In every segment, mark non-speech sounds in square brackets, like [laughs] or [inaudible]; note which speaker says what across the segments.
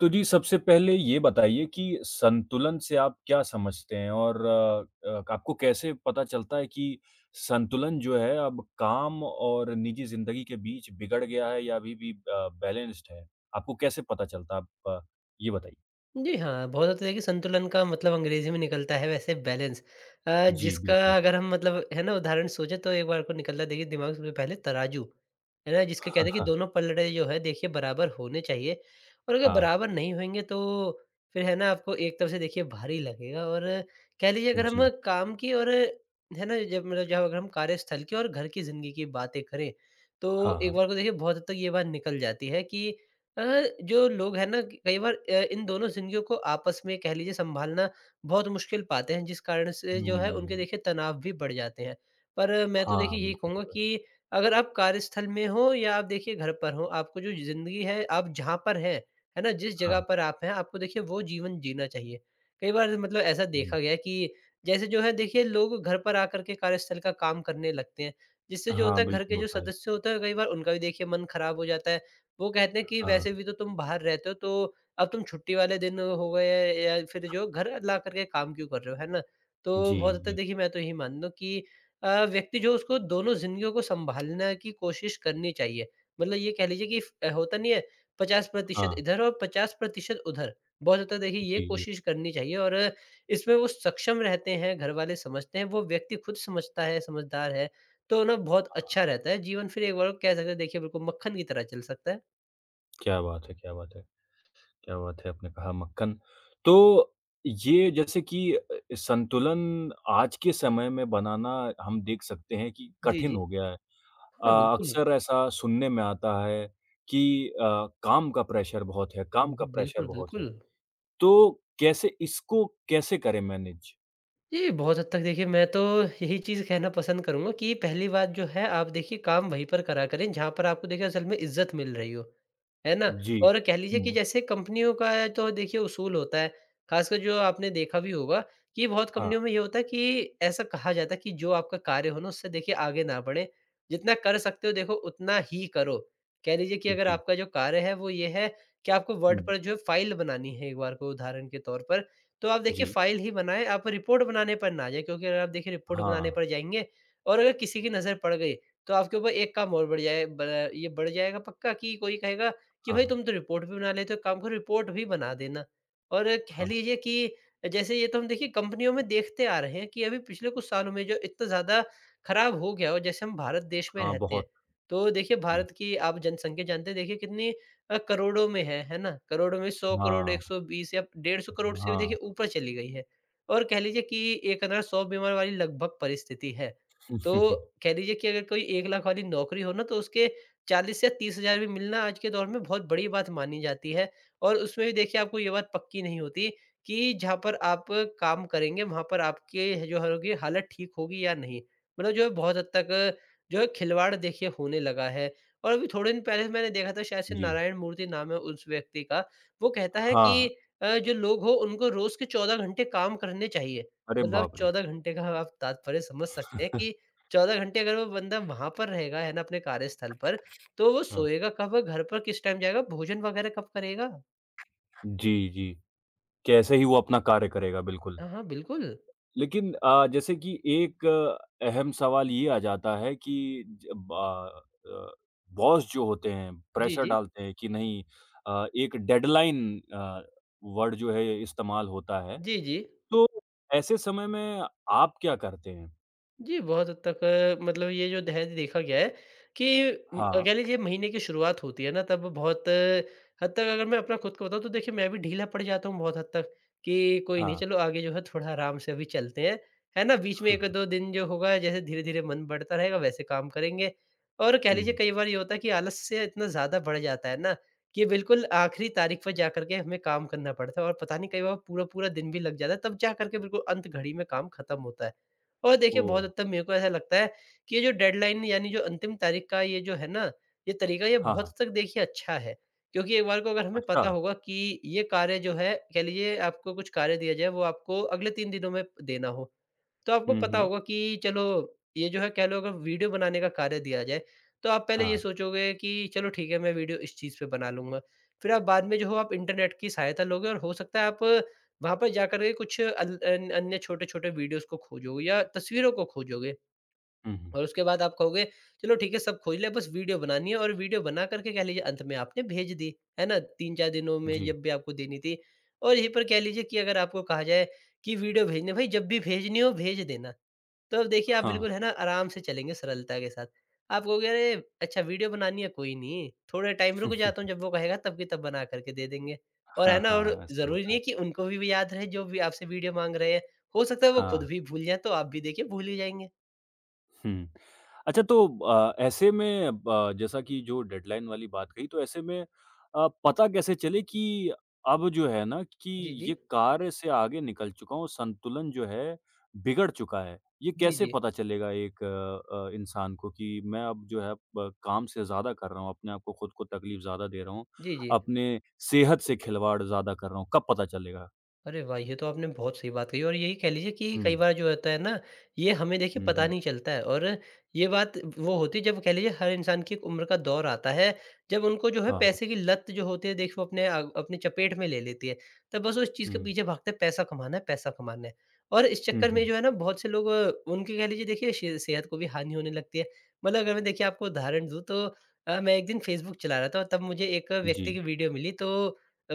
Speaker 1: तो जी, सबसे पहले ये बताइए कि संतुलन से आप क्या समझते हैं? और आपको कैसे पता चलता है कि संतुलन जो है अब काम और निजी ज़िंदगी के बीच बिगड़ गया है या अभी भी बैलेंस्ड है? आपको कैसे पता चलता है? आप ये बताइए।
Speaker 2: जी हाँ, बहुत हद तक देखिए संतुलन का मतलब अंग्रेज़ी में निकलता है वैसे बैलेंस,
Speaker 1: जी,
Speaker 2: जिसका
Speaker 1: बिल्कुल।
Speaker 2: अगर हम मतलब है ना उदाहरण सोचें, तो एक बार को निकलता है देखिए दिमाग से पहले तराजू, है ना? जिसके
Speaker 1: [laughs]
Speaker 2: कहते
Speaker 1: हाँ,
Speaker 2: हैं कि
Speaker 1: हाँ।
Speaker 2: दोनों पलड़े जो है देखिए बराबर होने चाहिए। और अगर
Speaker 1: हाँ।
Speaker 2: बराबर नहीं होंगे तो फिर है ना आपको एक तरफ से देखिए भारी लगेगा। और कह लीजिए अगर हम
Speaker 1: जी।
Speaker 2: काम की, और है ना जब मतलब जब अगर हम कार्यस्थल की और घर की ज़िंदगी की बातें करें, तो
Speaker 1: हाँ,
Speaker 2: एक
Speaker 1: हाँ।
Speaker 2: बार को देखिए बहुत हद तक ये बात निकल जाती है कि अ, जो लोग हैं ना कई बार, इन दोनों ज़िंदगियों को आपस में कह लीजिए सँभालना बहुत मुश्किल पाते हैं, जिस कारण से जो है उनके
Speaker 1: हुँ।
Speaker 2: देखिए तनाव भी बढ़ जाते हैं। पर मैं तो देखिए
Speaker 1: हाँ,
Speaker 2: यही
Speaker 1: बिल्कुल, ये
Speaker 2: कहूँगा
Speaker 1: तो है।
Speaker 2: कि अगर आप कार्यस्थल में हो या आप देखिए घर पर हो, आपको जो ज़िंदगी है आप जहाँ पर हैं, है ना? जिस जगह
Speaker 1: हाँ।
Speaker 2: पर आप हैं, आपको देखिए वो जीवन जीना चाहिए। कई बार मतलब ऐसा
Speaker 1: हुँ।
Speaker 2: देखा गया है कि जैसे जो है देखिए लोग घर पर आकर के कार्यस्थल का काम करने लगते हैं, जिससे जो होता
Speaker 1: हाँ,
Speaker 2: है घर के
Speaker 1: बिल्कुल
Speaker 2: जो
Speaker 1: होता है।
Speaker 2: सदस्य होते हैं, कई बार उनका भी देखिए मन खराब हो जाता है। वो कहते हैं कि
Speaker 1: हाँ।
Speaker 2: वैसे भी तो तुम बाहर रहते हो, तो अब तुम छुट्टी वाले दिन हो गए या फिर जो घर ला करके काम क्यों कर रहे हो, है ना? तो
Speaker 1: जी,
Speaker 2: बहुत हद तक
Speaker 1: जी।
Speaker 2: देखिए मैं तो यही मानता हूँ कि व्यक्ति जो उसको दोनों ज़िंदगियों को सँभालने की कोशिश करनी चाहिए। मतलब ये कह लीजिए कि फ होता नहीं है 50%
Speaker 1: हाँ।
Speaker 2: इधर और 50% उधर। बहुत हद तक देखिए ये
Speaker 1: जी, जी।
Speaker 2: कोशिश करनी चाहिए, और इसमें वो सक्षम रहते हैं, घरवाले समझते हैं, वो व्यक्ति खुद समझता है, समझदार है, तो ना बहुत अच्छा रहता है। जीवन फिर एक बार कह सकते हैं देखिए बिल्कुल मक्खन की तरह चल सकता है।
Speaker 1: क्या बात है! क्या बात है! क्या बात है! आपने कहा मक्खन। तो ये जैसे कि संतुलन आज के समय में बनाना हम देख सकते हैं कि
Speaker 2: जी,
Speaker 1: कठिन
Speaker 2: जी।
Speaker 1: हो गया है।
Speaker 2: हाँ, बिल्कुल।
Speaker 1: अक्सर ऐसा सुनने में आता है कि अ, काम का प्रेशर बहुत है, काम
Speaker 2: ओह,
Speaker 1: का प्रेशर
Speaker 2: बिल्कुल,
Speaker 1: बहुत है।
Speaker 2: बिल्कुल।
Speaker 1: तो कैसे इसको कैसे करें मैनेज?
Speaker 2: जी, बहुत हद तक देखिए मैं तो यही चीज़ कहना पसंद करूँगा कि पहली बात जो है आप देखिए काम वहीं पर करा करें जहाँ पर आपको देखिए असल में इज़्ज़त मिल रही हो, है ना?
Speaker 1: जी।
Speaker 2: और कह लीजिए कि
Speaker 1: हुँ।
Speaker 2: जैसे कंपनियों का है तो देखिए उसूल होता है, ख़ासकर जो आपने देखा भी होगा कि बहुत
Speaker 1: हाँ।
Speaker 2: कंपनियों में ये होता है कि ऐसा कहा जाता है कि जो आपका कार्य हो ना उससे देखिए आगे ना बढ़े, जितना कर सकते हो देखो उतना ही करो। कह लीजिए कि अगर
Speaker 1: जी।
Speaker 2: आपका जो कार्य है वो ये है कि आपको वर्ड
Speaker 1: हुँ।
Speaker 2: पर जो है फ़ाइल बनानी है एक बार को उदाहरण के तौर पर, तो आप देखिए
Speaker 1: जी।
Speaker 2: फ़ाइल ही बनाएँ, आप रिपोर्ट बनाने पर ना जाएँ, क्योंकि अगर आप देखिए रिपोर्ट बनाने
Speaker 1: हाँ।
Speaker 2: पर जाएँगे, और अगर किसी की नज़र पड़ गई, तो आपके ऊपर एक काम और बढ़ जाए, ब ये बढ़ जाएगा पक्का, कि कोई कहेगा कि भाई
Speaker 1: हाँ।
Speaker 2: तुम तो रिपोर्ट भी बना लेते हो, एक काम करो रिपोर्ट भी बना देना। और कह
Speaker 1: हाँ,
Speaker 2: लीजिए कि जैसे ये तो हम देखिए कंपनियों में देखते आ रहे हैं कि अभी पिछले कुछ सालों में जो इतना ज़्यादा खराब हो गया, और जैसे हम भारत देश में
Speaker 1: हाँ,
Speaker 2: रहते हैं,
Speaker 1: बहुत।
Speaker 2: तो देखिए
Speaker 1: जी।
Speaker 2: भारत की आप जनसँख्या जानते हैं देखिए कितनी, करोड़ों में है ना? करोड़ों में 100 करोड़,
Speaker 1: हाँ,
Speaker 2: 120 या 150 करोड़ से भी देखिए
Speaker 1: हाँ।
Speaker 2: ऊपर चली गई है। और कह लीजिए कि 1,100 बीमार वाली लगभग परिस्थिति है। तो
Speaker 1: [laughs]
Speaker 2: कह लीजिए कि अगर कोई 1 लाख वाली नौकरी हो ना, तो उसके 40 या 30,000 भी मिलना आज के दौर में बहुत बड़ी बात मानी जाती है, और उसमें भी देखिए आपको ये बात पक्की नहीं होती कि जहाँ पर आप काम करेंगे वहाँ पर आपके जो होगी हालत ठीक होगी या नहीं। मतलब जो है बहुत हद तक जो है खिलवाड़ देखिए होने लगा है। और अभी थोड़े दिन पहले मैंने देखा था, शायद से
Speaker 1: जी।
Speaker 2: नारायण मूर्ति नाम है उस व्यक्ति का, वो कहता है कि
Speaker 1: हाँ।
Speaker 2: जो लोग हो उनको रोज़ के 14 घंटे काम करने चाहिए।
Speaker 1: अरे
Speaker 2: मतलब
Speaker 1: बाप रे!
Speaker 2: 14 घंटे का आप तात्पर्य समझ सकते हैं कि
Speaker 1: [laughs]
Speaker 2: 14 घंटे अगर वो बंदा वहाँ पर रहेगा है ना अपने कार्यस्थल पर, तो वो
Speaker 1: हाँ,
Speaker 2: सोएगा कब? घर पर किस टाइम जाएगा? भोजन वगैरह कब करेगा?
Speaker 1: जी, जी। कैसे ही वो अपना कार्य करेगा, बिल्कुल।
Speaker 2: हाँ, हाँ, बिल्कुल।
Speaker 1: लेकिन जैसे कि एक अहम सवाल ये आ जाता है कि अ, बॉस जो होते हैं,
Speaker 2: जी,
Speaker 1: प्रेशर
Speaker 2: जी।
Speaker 1: डालते हैं कि नहीं एक डेडलाइन वर्ड जो है इस्तेमाल होता है,
Speaker 2: जी, जी।
Speaker 1: तो ऐसे समय में आप क्या करते हैं?
Speaker 2: जी, बहुत हद तक मतलब ये जो दहेज देखा गया है कि
Speaker 1: हाँ,
Speaker 2: कह लीजिए महीने की शुरुआत होती है ना, तब बहुत हद तक अगर मैं अपना खुद को बताऊँ तो देखिए मैं भी ढीला पड़ जाता हूँ बहुत हद तक, कि कोई नहीं
Speaker 1: हाँ।
Speaker 2: चलो आगे जो है थोड़ा आराम से अभी चलते हैं, है ना? बीच में 1-2
Speaker 1: [laughs]
Speaker 2: दिन जो होगा जैसे धीरे-धीरे मन बढ़ता रहेगा वैसे काम करेंगे। और कह
Speaker 1: हुँ,
Speaker 2: लीजिए
Speaker 1: हुँ।
Speaker 2: कई बार ये होता है कि आलस से इतना ज़्यादा बढ़ जाता है ना, कि बिल्कुल आखिरी तारीख पर जाकर के हमें काम करना पड़ता है, और पता नहीं कई बार पूरा-पूरा दिन भी लग जाता है, तब जा कर के बिल्कुल अंत घड़ी में काम खत्म होता है। और देखिए,
Speaker 1: ओह!
Speaker 2: बहुत हद तक मेरे को ऐसा लगता है कि ये जो डेडलाइन यानी जो अंतिम तारीख का ये जो है ना, ये तरीका ये
Speaker 1: हाँ,
Speaker 2: बहुत
Speaker 1: हाँ।
Speaker 2: हद तक देखिए अच्छा है। क्योंकि एक बार को अगर हमें
Speaker 1: अच्छा।
Speaker 2: पता होगा कि ये कार्य जो है, कह लीजिए आपको कुछ कार्य दिया जाए, वो आपको अगले 3 दिनों में देना हो, तो आपको
Speaker 1: हुँ,
Speaker 2: पता
Speaker 1: हुँ।
Speaker 2: होगा कि चलो ये जो है कह लो अगर वीडियो बनाने का कार्य दिया जाए, तो आप पहले ये
Speaker 1: हाँ।
Speaker 2: सोचोगे कि चलो ठीक है, मैं वीडियो इस चीज़ पे बना लूँगा। फिर आप बाद में जो हो आप इंटरनेट की सहायता लोगे, और हो सकता है आप वहाँ पर जाकर के कुछ अल अन अन्य छोटे-छोटे वीडियोज़ को खोजोगे या तस्वीरों को खोजोगे,
Speaker 1: हुँ, हुँ।
Speaker 2: और उसके बाद आप कहोगे चलो ठीक है, सब खोज लिया, बस वीडियो बनानी है, और वीडियो बना कर के कह लीजिए अंत में आपने भेज दी, है ना? 3-4 दिनों में
Speaker 1: जी।
Speaker 2: जब भी आपको देनी थी। और यहीं पर कह लीजिए कि अगर आपको कहा जाए कि वीडियो भेजना, भाई जब भी भेजनी हो भेज देना। तो अब देखिए आप
Speaker 1: हाँ।
Speaker 2: बिल्कुल है ना आराम से चलेंगे सरलता के साथ। आप कहोगे अरे! अच्छा वीडियो बनानी है, कोई नहीं, थोड़ा टाइम रुक जाता हूँ,
Speaker 1: [laughs]
Speaker 2: जब वो कहेगा तब की तब बना कर के दे देंगे। और है
Speaker 1: हाँ,
Speaker 2: ना, और
Speaker 1: हाँ, ऐसा
Speaker 2: ज़रूरी
Speaker 1: होता
Speaker 2: नहीं
Speaker 1: है।
Speaker 2: है कि उनको भी याद रहे जो भी आपसे वीडियो माँग रहे हैं। हो सकता है वो खुद
Speaker 1: हाँ।
Speaker 2: भी भूल जाएँ, तो आप भी देखिए भूल ही जाएँगे।
Speaker 1: हुँ। अच्छा तो ऐसे में ब जैसा कि जो डेडलाइन वाली बात कही, तो ऐसे में पता कैसे चले कि अब जो है ना कि
Speaker 2: जी, जी।
Speaker 1: ये कार्य से आगे निकल चुका हूँ, संतुलन जो है बिगड़ चुका है? ये
Speaker 2: जी,
Speaker 1: कैसे
Speaker 2: जी।
Speaker 1: पता चलेगा एक इंसान को कि मैं अब जो है ब काम से ज़्यादा कर रहा हूँ, अपने आप को खुद को तकलीफ ज़्यादा दे रहा हूँ,
Speaker 2: जी, जी।
Speaker 1: अपने सेहत से खिलवाड़ ज़्यादा कर रहा हूँ, कब पता चलेगा?
Speaker 2: अरे वाह! ये तो आपने बहुत सही बात कही, और यही कह लीजिए कि कई
Speaker 1: हुँ।
Speaker 2: बार जो होता है ना, ये हमें देखिए
Speaker 1: हुँ,
Speaker 2: पता
Speaker 1: हुँ।
Speaker 2: नहीं चलता है। और ये बात वो होती है जब कह लीजिए हर इंसान की एक उम्र का दौर आता है, जब उनको जो है
Speaker 1: हाँ, हाँ।
Speaker 2: पैसे की लत जो होती है देखिए वो अपनी चपेट में ले लेती है। तब बस उस चीज़ के
Speaker 1: हुँ।
Speaker 2: पीछे भागते हैं पैसा कमाना है, पैसा कमाना है, और इस
Speaker 1: हुँ,
Speaker 2: चक्कर में
Speaker 1: हुँ।
Speaker 2: जो है ना बहुत से लोग, उनकी कह लीजिए देखिए शे सेहत को भी हानि होने लगती है। मतलब अगर मैं देखिए आपको उदाहरण दूँ, तो मैं एक दिन फ़ेसबुक चला रहा था, और तब मुझे एक
Speaker 1: जी।
Speaker 2: व्यक्ति की वीडियो मिली तो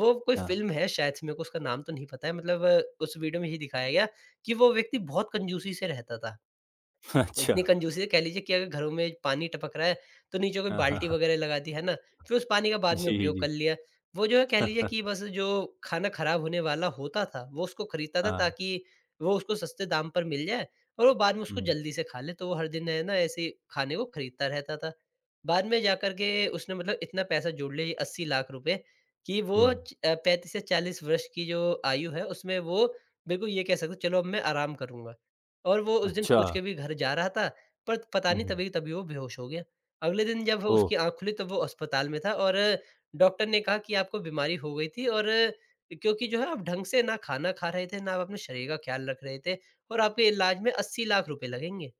Speaker 2: वो कोई
Speaker 1: हाँ।
Speaker 2: फ़िल्म है शायद से, मेरे को उसका नाम तो नहीं पता है। मतलब उस वीडियो में यही दिखाया गया कि वो व्यक्ति बहुत कंजूसी से रहता था।
Speaker 1: [laughs] अच्छा।
Speaker 2: इतनी कंजूसी से कह लीजिए कि अगर घरों में पानी टपक रहा है, तो नीचे कोई
Speaker 1: हाँ, हाँ,
Speaker 2: बाल्टी
Speaker 1: हाँ।
Speaker 2: वगैरह लगा दी, है ना? फिर उस पानी का बाद में
Speaker 1: जी,
Speaker 2: उपयोग
Speaker 1: जी।
Speaker 2: कर लिया। वो जो है कह लीजिए कि
Speaker 1: [laughs]
Speaker 2: बस जो खाना ख़राब होने वाला होता था, वो उसको खरीदता था
Speaker 1: हाँ।
Speaker 2: ताकि वो उसको सस्ते दाम पर मिल जाए और वो बाद में उसको
Speaker 1: हुँ,
Speaker 2: जल्दी से खा ले, तो वो हर दिन है ना ऐसे खाने को खरीदता रहता था। बाद में जाकर के उसने मतलब इतना पैसा जोड़ लिया ये 80 लाख रुपए कि वो
Speaker 1: हुँ।
Speaker 2: 35 से 40 वर्ष की जो आयु है उसमें वो बिल्कुल ये कह सकते हो चलो अब मैं आराम करूँगा। और वो उस दिन
Speaker 1: अच्छा।
Speaker 2: सोच के भी घर जा रहा था, पर पता
Speaker 1: हुँ,
Speaker 2: नहीं
Speaker 1: हुँ।
Speaker 2: तभी तभी वो बेहोश हो गया। अगले दिन जब
Speaker 1: ओह!
Speaker 2: उसकी आँख खुली तब वो अस्पताल में था और डॉक्टर ने कहा कि आपको बीमारी हो गई थी और क्योंकि जो है आप ढंग से ना खाना खा रहे थे, ना आप अपने शरीर का ख़्याल रख रहे थे और आपके इलाज में 80 लाख रुपए लगेंगे।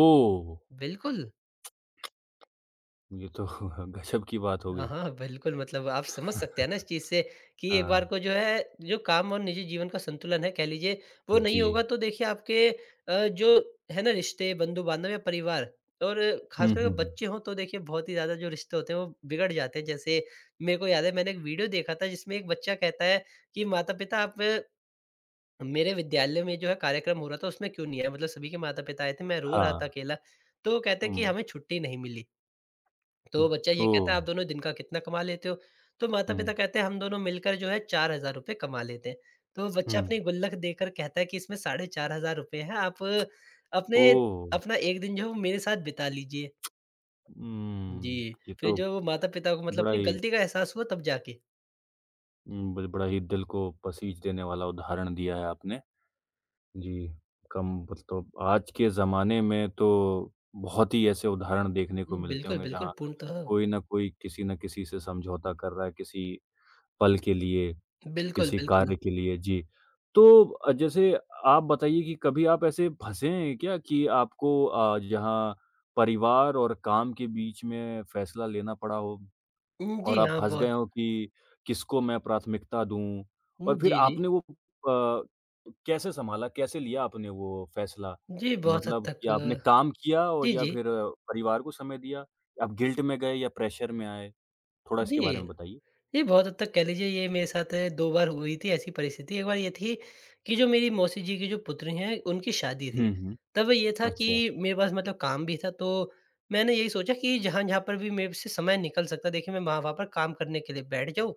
Speaker 1: ओह!
Speaker 2: बिल्कुल।
Speaker 1: ये तो [laughs] गज़ब की बात हो
Speaker 2: हाँ,
Speaker 1: गई।
Speaker 2: हाँ, बिल्कुल मतलब आप समझ सकते हैं ना इस चीज़ से कि एक बार
Speaker 1: हाँ,
Speaker 2: को जो है, जो काम और निजी जीवन का संतुलन है कह लीजिए, वो नहीं
Speaker 1: जी।
Speaker 2: होगा तो देखिए आपके जो है ना रिश्ते, बंधु-बांधव या परिवार और
Speaker 1: हुँ,
Speaker 2: ख़ासकर अगर
Speaker 1: हुँ, हुँ।
Speaker 2: बच्चे हों तो देखिए बहुत ही ज़्यादा जो रिश्ते होते हैं वो बिगड़ जाते हैं। जैसे मेरे को याद है मैंने एक वीडियो देखा था जिसमें एक बच्चा कहता है कि माता-पिता आप मेरे विद्यालय में जो है कार्यक्रम हो रहा था उसमें क्यों नहीं आए? मतलब सभी के माता-पिता आए थे, मैं रो रहा था
Speaker 1: हाँ।
Speaker 2: अकेला। तो वो कहते हैं कि
Speaker 1: हुँ।
Speaker 2: हमें छुट्टी नहीं मिली।
Speaker 1: हुँ।
Speaker 2: तो बच्चा ये कहता है आप
Speaker 1: ओह!
Speaker 2: दोनों दिन का कितना कमा लेते हो? तो माता-पिता
Speaker 1: हुँ,
Speaker 2: कहते हैं हम दोनों मिलकर जो है ₹4000 कमा लेते हैं। तो बच्चा
Speaker 1: हुँ।
Speaker 2: अपनी गुल्लक देकर कहता है कि इसमें ₹4500 हैं आप अपने
Speaker 1: ओह!
Speaker 2: अपना 1 दिन जो है वो मेरे साथ बिता लीजिए। जी,
Speaker 1: उम, ये
Speaker 2: फिर
Speaker 1: तो
Speaker 2: जो माता-पिता को मतलब
Speaker 1: बड़ा
Speaker 2: अपनी
Speaker 1: ही
Speaker 2: गलती का एहसास हुआ तब जाके।
Speaker 1: उम, ब बड़ा ही दिल को पसीज देने वाला उदाहरण दिया है आपने। जी, कम मतलब आज के ज़माने में तो बहुत ही ऐसे उदाहरण देखने को
Speaker 2: हुँ,
Speaker 1: मिलते
Speaker 2: बिल्कुल,
Speaker 1: होंगे
Speaker 2: बिल्कुल
Speaker 1: जहाँ
Speaker 2: पूर्णतः
Speaker 1: कोई न कोई किसी न किसी से समझौता कर रहा है, किसी पल के लिए,
Speaker 2: बिल्कुल,
Speaker 1: किसी
Speaker 2: बिल्कुल।
Speaker 1: कार्य के लिए। जी, तो जैसे आप बताइए कि कभी आप ऐसे फँसे हैं क्या कि आपको जहाँ परिवार और काम के बीच में फैसला लेना पड़ा हो? और
Speaker 2: जी
Speaker 1: आप
Speaker 2: हाँ,
Speaker 1: फँस
Speaker 2: बहुत
Speaker 1: गए हो कि किसको मैं प्राथमिकता दूँ? और
Speaker 2: हुँ,
Speaker 1: फिर
Speaker 2: जी, जी।
Speaker 1: आपने वो कैसे सँभाला? कैसे लिया आपने वो फ़ैसला?
Speaker 2: जी, बहुत हद
Speaker 1: मतलब
Speaker 2: तक
Speaker 1: कि आपने काम किया और
Speaker 2: जी,
Speaker 1: या
Speaker 2: जी।
Speaker 1: फिर परिवार को समय दिया? आप गिल्ट में गए या प्रेशर में आए? थोड़ा
Speaker 2: जी।
Speaker 1: इसके बारे में बताइए।
Speaker 2: जी, बहुत हद तक कह लीजिए ये मेरे साथ 2 बार हुई थी ऐसी परिस्थिति। एक बार ये थी कि जो मेरी मौसी जी की जो पुत्री हैं, उनकी शादी थी।
Speaker 1: हुँ, हुँ।
Speaker 2: तब ये था कि
Speaker 1: अच्छा,
Speaker 2: मेरे पास मतलब काम भी था तो मैंने यही सोचा कि जहाँ-जहाँ पर भी मेरे से समय निकल सकता है, देखिए मैं वहाँ-वहाँ पर काम करने के लिए बैठ जाऊँ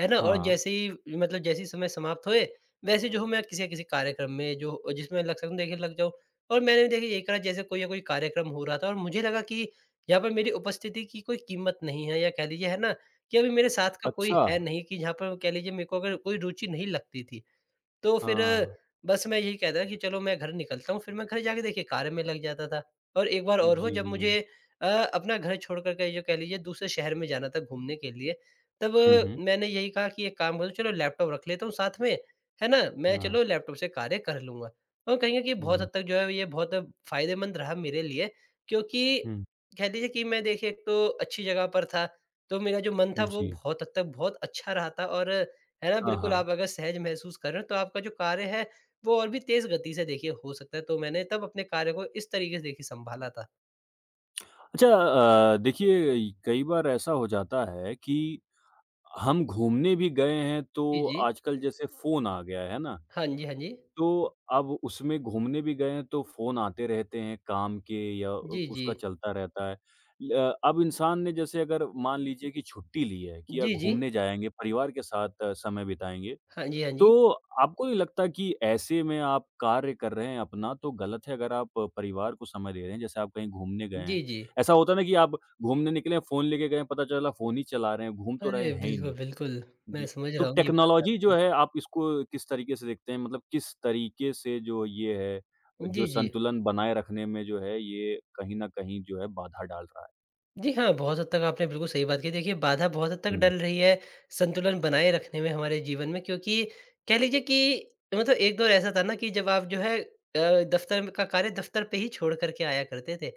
Speaker 2: है ना? और
Speaker 1: हाँ।
Speaker 2: जैसे ही मतलब जैसे ही समय समाप्त हुए, वैसे जो हूँ मैं किसी न किसी कार्यक्रम में जो जिसमें लग सकूँ देखिए लग जाऊँ। और मैंने भी देखिए यही करा जैसे कोई या कोई कार्यक्रम हो रहा था और मुझे लगा कि यहाँ पर मेरी उपस्थिति की कोई कीमत नहीं है या कह लीजिए है ना, कि अभी मेरे साथ का कोई
Speaker 1: अच्छा!
Speaker 2: है नहीं कि जहाँ पर कह लीजिए मेरे को अगर कोई रुचि नहीं लगती थी। तो फिर
Speaker 1: हाँ।
Speaker 2: बस मैं यही कहता कि चलो मैं घर निकलता हूँ, फिर मैं घर जाके देखिए कार्य में लग जाता था। और एक बार और हुआ
Speaker 1: जी,
Speaker 2: जब
Speaker 1: जी, जी।
Speaker 2: मुझे अ, अपना घर छोड़ कर के जो कह लीजिए दूसरे शहर में जाना था घूमने के लिए, तब
Speaker 1: हुँ, हुँ।
Speaker 2: मैंने यही कहा कि एक काम करो चलो लैपटॉप रख लेता हूँ साथ में, है ना? मैं
Speaker 1: हाँ।
Speaker 2: चलो लैपटॉप से कार्य कर लूँगा। और कहीं न कहीं बहुत
Speaker 1: हुँ,
Speaker 2: हद तक जो है ये बहुत फ़ायदेमंद रहा मेरे लिए क्योंकि
Speaker 1: हुँ।
Speaker 2: कह लीजिए कि मैं देखिए एक तो अच्छी जगह पर था, तो मेरा जो मन था वो
Speaker 1: जी।
Speaker 2: बहुत हद तक बहुत अच्छा रहा था और है ना?
Speaker 1: हाँ,
Speaker 2: बिल्कुल,
Speaker 1: हाँ।
Speaker 2: आप अगर सहज महसूस कर रहे हो तो आपका जो कार्य है वो और भी तेज़ गति से देखिए हो सकता है। तो मैंने तब अपने कार्य को इस तरीके से देखिए सँभाला था।
Speaker 1: अच्छा देखिए कई बार ऐसा हो जाता है कि हम घूमने भी गए हैं तो
Speaker 2: जी, जी।
Speaker 1: आजकल जैसे फ़ोन आ गया है ना,
Speaker 2: हाँ जी, हाँ जी।
Speaker 1: तो अब उसमें घूमने भी गए हैं तो फ़ोन आते रहते हैं काम के या उ
Speaker 2: जी, जी।
Speaker 1: उसका चलता रहता है। ल अब इंसान ने जैसे अगर मान लीजिए कि छुट्टी ली है कि या
Speaker 2: जी, जी।
Speaker 1: घूमने जाएँगे, परिवार के साथ समय बिताएँगे,
Speaker 2: हाँ जी, हाँ
Speaker 1: तो
Speaker 2: जी।
Speaker 1: आपको नहीं लगता कि ऐसे में आप कार्य कर रहे हैं अपना तो गलत है अगर आप परिवार को समय दे रहे हैं, जैसे आप कहीं घूमने गए हैं।
Speaker 2: जी, जी।
Speaker 1: ऐसा होता है ना कि आप घूमने निकले हैं, फ़ोन लेके गए हैं, पता चला फ़ोन ही चला रहे हैं, घूम तो रहे
Speaker 2: अरे!
Speaker 1: हैं ही
Speaker 2: बिल्कुल,
Speaker 1: नहीं।
Speaker 2: बिल्कुल। मैं
Speaker 1: जी,
Speaker 2: समझ
Speaker 1: तो
Speaker 2: रहा हूँ ये बात
Speaker 1: टेक्नोलॉजी जो
Speaker 2: आपकी।
Speaker 1: है आप इसको किस तरीके से देखते हैं? मतलब किस तरीके से जो ये है,
Speaker 2: जी,
Speaker 1: जो
Speaker 2: जी।
Speaker 1: संतुलन बनाए रखने में जो है ये कहीं न कहीं जो है बाधा डाल रहा है?
Speaker 2: जी हाँ, बहुत हद तक आपने बिल्कुल सही बात कही। देखिए, बाधा बहुत हद तक
Speaker 1: हुँ,
Speaker 2: डल रही है संतुलन बनाए रखने में हमारे जीवन में क्योंकि कह लीजिए कि मतलब एक दौर ऐसा था ना कि जब आप जो है दफ़्तर में का कार्य दफ़्तर पे ही छोड़ कर के आया करते थे।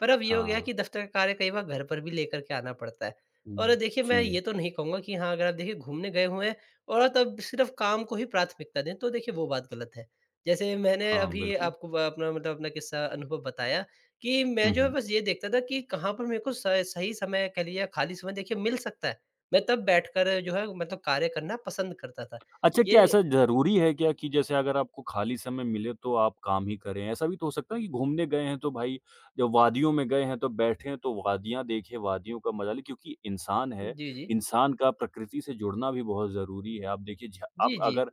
Speaker 2: पर अब ये हो गया
Speaker 1: हाँ।
Speaker 2: कि दफ़्तर का कार्य कई बार घर पर भी लेकर के आना पड़ता है। और
Speaker 1: हुँ,
Speaker 2: देखिए, मैं
Speaker 1: जी,
Speaker 2: ये तो नहीं कहूँगा कि हाँ, अगर आप देखिए घूमने गए हुए हैं और आप तब सिर्फ़ काम को ही प्राथमिकता दें, तो देखिए वो बात गलत है। जैसे मैंने
Speaker 1: हाँ,
Speaker 2: अभी
Speaker 1: बिल्कुल।
Speaker 2: आपको ब अपना मतलब अपना किस्सा अनुभव बताया कि मैं
Speaker 1: हुँ,
Speaker 2: जो है
Speaker 1: हुँ।
Speaker 2: बस ये देखता था कि कहाँ पर मेरे को स सही समय कह लीजिए खाली समय देखिए मिल सकता है। मैं तब बैठकर जो है मतलब कार्य करना पसंद करता था।
Speaker 1: अच्छा क्या
Speaker 2: ये
Speaker 1: ऐसा ज़रूरी है क्या कि जैसे अगर आपको खाली समय मिले तो आप काम ही करें? ऐसा भी तो हो सकता है कि घूमने गए हैं तो भाई जब वादियों में गए हैं तो बैठें तो वादियाँ देखें, वादियों का मज़ा लें क्योंकि इंसान है,
Speaker 2: जी, जी।
Speaker 1: इंसान का प्रकृति से जुड़ना भी बहुत ज़रूरी है। आप देखिए झ आप
Speaker 2: जी, जी।
Speaker 1: अगर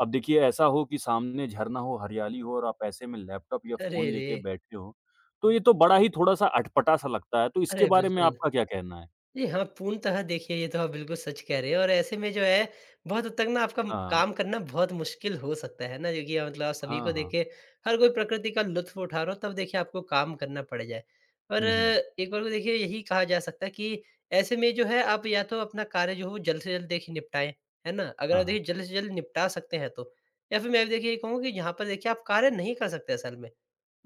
Speaker 1: अब देखिए ऐसा हो कि सामने झरना हो, हरियाली हो और आप ऐसे में लैपटॉप या
Speaker 2: अरे
Speaker 1: फ़ोन
Speaker 2: रे!
Speaker 1: लेके बैठे हो, तो ये तो बड़ा ही थोड़ा-सा अटपटा-सा लगता है, तो इसके
Speaker 2: अरे
Speaker 1: बारे में
Speaker 2: बिल्कुल।
Speaker 1: आपका क्या कहना है?
Speaker 2: जी हाँ, पूर्णतः देखिए ये तो आप बिल्कुल सच कह रहे हैं और ऐसे में जो है, बहुत हद तक ना आपका
Speaker 1: हाँ,
Speaker 2: काम करना बहुत मुश्किल हो सकता है ना, क्योंकि मतलब आप सभी
Speaker 1: हाँ,
Speaker 2: को
Speaker 1: हाँ।
Speaker 2: देखिए हर कोई प्रकृति का लुत्फ़ उठा रहा हो तब देखिए आपको काम करना पड़ जाए। पर
Speaker 1: हुँ, हुँ।
Speaker 2: एक बार को देखिए यही कहा जा सकता है कि ऐसे में जो है आप या तो अपना कार्य जो हो जल्द से जल्द देखिए निपटाएँ, है ना? अगर
Speaker 1: हाँ,
Speaker 2: आप
Speaker 1: हाँ।
Speaker 2: देखिए जल्द से जल्द निपटा सकते हैं तो। या फिर मैं भी देखिए ये कहूँगा कि यहाँ पर देखिए आप कार्य नहीं कर सकते असल में।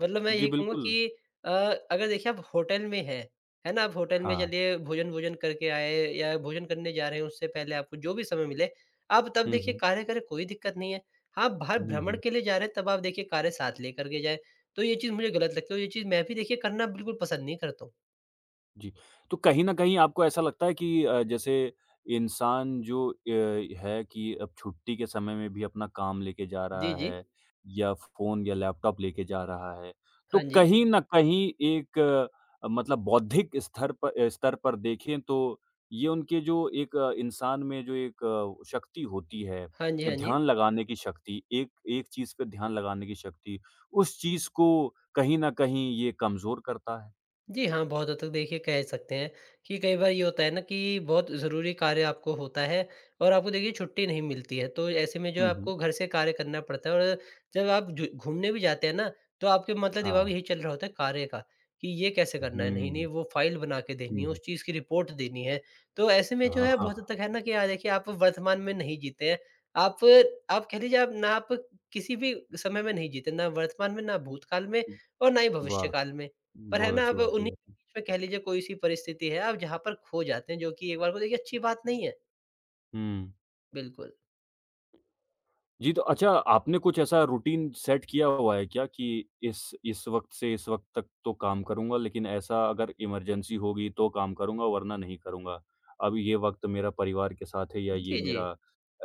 Speaker 2: मतलब मैं
Speaker 1: जी,
Speaker 2: यही कहूँगा
Speaker 1: बिल्कुल।
Speaker 2: कि अ, अगर देखिए आप होटल में हैं, है ना? आप होटल में
Speaker 1: हाँ।
Speaker 2: चलिए भोजन-वोजन करके आए या भोजन करने जा रहे हैं उससे पहले आपको जो भी समय मिले, आप तब
Speaker 1: हुँ,
Speaker 2: देखिए
Speaker 1: हुँ।
Speaker 2: कार्य करें कोई दिक्कत नहीं है। आप बाहर
Speaker 1: हुँ,
Speaker 2: भ्रमण
Speaker 1: हुँ।
Speaker 2: के लिए जा रहे हैं तब आप देखिए कार्य साथ लेकर के जाएँ। तो ये चीज़ मुझे गलत लगती है और ये चीज़ मैं भी देखिए करना बिल्कुल पसंद नहीं करता हूँ।
Speaker 1: जी, तो कहीं न कहीं आपको ऐसा लगता है कि जैसे इंसान जो है कि अब छुट्टी के समय में भी अपना काम लेके जा
Speaker 2: जी,
Speaker 1: रहा
Speaker 2: जी।
Speaker 1: है या फ़ोन या लैपटॉप लेके जा रहा है, तो
Speaker 2: हाँ जी।
Speaker 1: कहीं न कहीं एक मतलब बौद्धिक स्तर स्तर पर देखें तो ये उनके जो एक इंसान में जो एक शक्ति होती है,
Speaker 2: हाँ जी, हाँ जी।
Speaker 1: ध्यान लगाने की शक्ति, एक एक चीज़ पे ध्यान लगाने की शक्ति, उस चीज़ को कहीं न कहीं ये कमज़ोर करता है।
Speaker 2: जी हाँ, बहुत हद तक देखिए कह सकते हैं कि कई बार ये होता है ना कि बहुत ज़रूरी कार्य आपको होता है और आपको देखिए छुट्टी नहीं मिलती है। तो ऐसे में जो है
Speaker 1: हुँ, हुँ।
Speaker 2: आपको घर से कार्य करना पड़ता है और जब आप जु घूमने भी जाते हैं ना, तो आपके मतलब दिमाग में
Speaker 1: हाँ।
Speaker 2: यही चल रहा होता है कार्य का कि ये कैसे करना है? नहीं, नहीं
Speaker 1: हुँ,
Speaker 2: वो फ़ाइल बना के
Speaker 1: हुँ,
Speaker 2: देनी है, उस
Speaker 1: हुँ।
Speaker 2: चीज़ की रिपोर्ट देनी है। तो ऐसे में जो
Speaker 1: हाँ,
Speaker 2: है बहुत हद
Speaker 1: हाँ।
Speaker 2: तक है ना कि देखिए आप वर्तमान में नहीं जीते हैं। आप आप कह लीजिए आप ना आप किसी भी समय में नहीं जीते, ना वर्तमान में, ना भूतकाल में और ना ही
Speaker 1: वाह!
Speaker 2: भविष्यकाल में। पर है
Speaker 1: बहुत
Speaker 2: ना
Speaker 1: अच्छी
Speaker 2: अब
Speaker 1: बात
Speaker 2: उन्हीं
Speaker 1: कही आपने।
Speaker 2: के बीच में कह लीजिए कोई-सी परिस्थिति है आप जहाँ पर खो जाते हैं, जो कि एक बार को देखिए अच्छी बात नहीं है।
Speaker 1: हुँ।
Speaker 2: बिल्कुल।
Speaker 1: जी, तो अच्छा आपने कुछ ऐसा रूटीन सेट किया हुआ है क्या कि इस वक़्त से इस वक़्त तक तो काम करूँगा लेकिन ऐसा अगर इमरजेंसी होगी तो काम करूँगा वरना नहीं करूँगा। अब ये वक़्त मेरा परिवार के साथ है या ये
Speaker 2: जी, जी।
Speaker 1: मेरा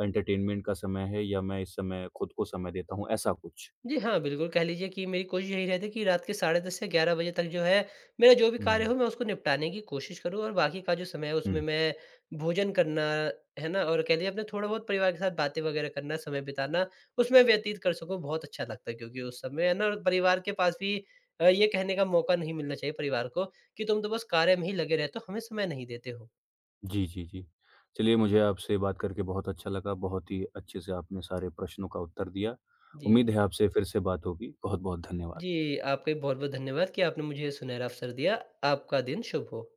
Speaker 1: एंटरटेनमेंट का समय है या मैं इस समय खुद को समय देता हूँ, ऐसा कुछ?
Speaker 2: जी हाँ, बिल्कुल कह लीजिए कि मेरी कोशिश यही रहती है कि रात के 10:30 से 11 बजे तक जो है, मेरा जो भी कार्य
Speaker 1: हुँ,
Speaker 2: हो मैं उसको निपटाने की कोशिश करूँ और बाकी का जो समय है उसमें
Speaker 1: हुँ।
Speaker 2: मैं भोजन करना, है ना? और कह लीजिए अपने थोड़ा बहुत परिवार के साथ बातें वगैरह करना, समय बिताना, उसमें व्यतीत कर सकूँ बहुत अच्छा लगता है क्योंकि उस समय है ना और परिवार के पास भी ये कहने का मौका नहीं मिलना चाहिए परिवार को कि तुम तो बस कार्य में ही लगे रहते हो, हमें समय नहीं देते हो।
Speaker 1: जी, जी, जी। चलिए मुझे आपसे बात करके बहुत अच्छा लगा, बहुत ही अच्छे से आपने सारे प्रश्नों का उत्तर दिया।
Speaker 2: जी।
Speaker 1: उम्मीद है आपसे फिर से बात होगी। बहुत-बहुत
Speaker 2: जी,
Speaker 1: धन्यवाद।
Speaker 2: आपका भी बहुत-बहुत धन्यवाद कि आपने मुझे सुनहरा अवसर दिया। आपका दिन शुभ हो।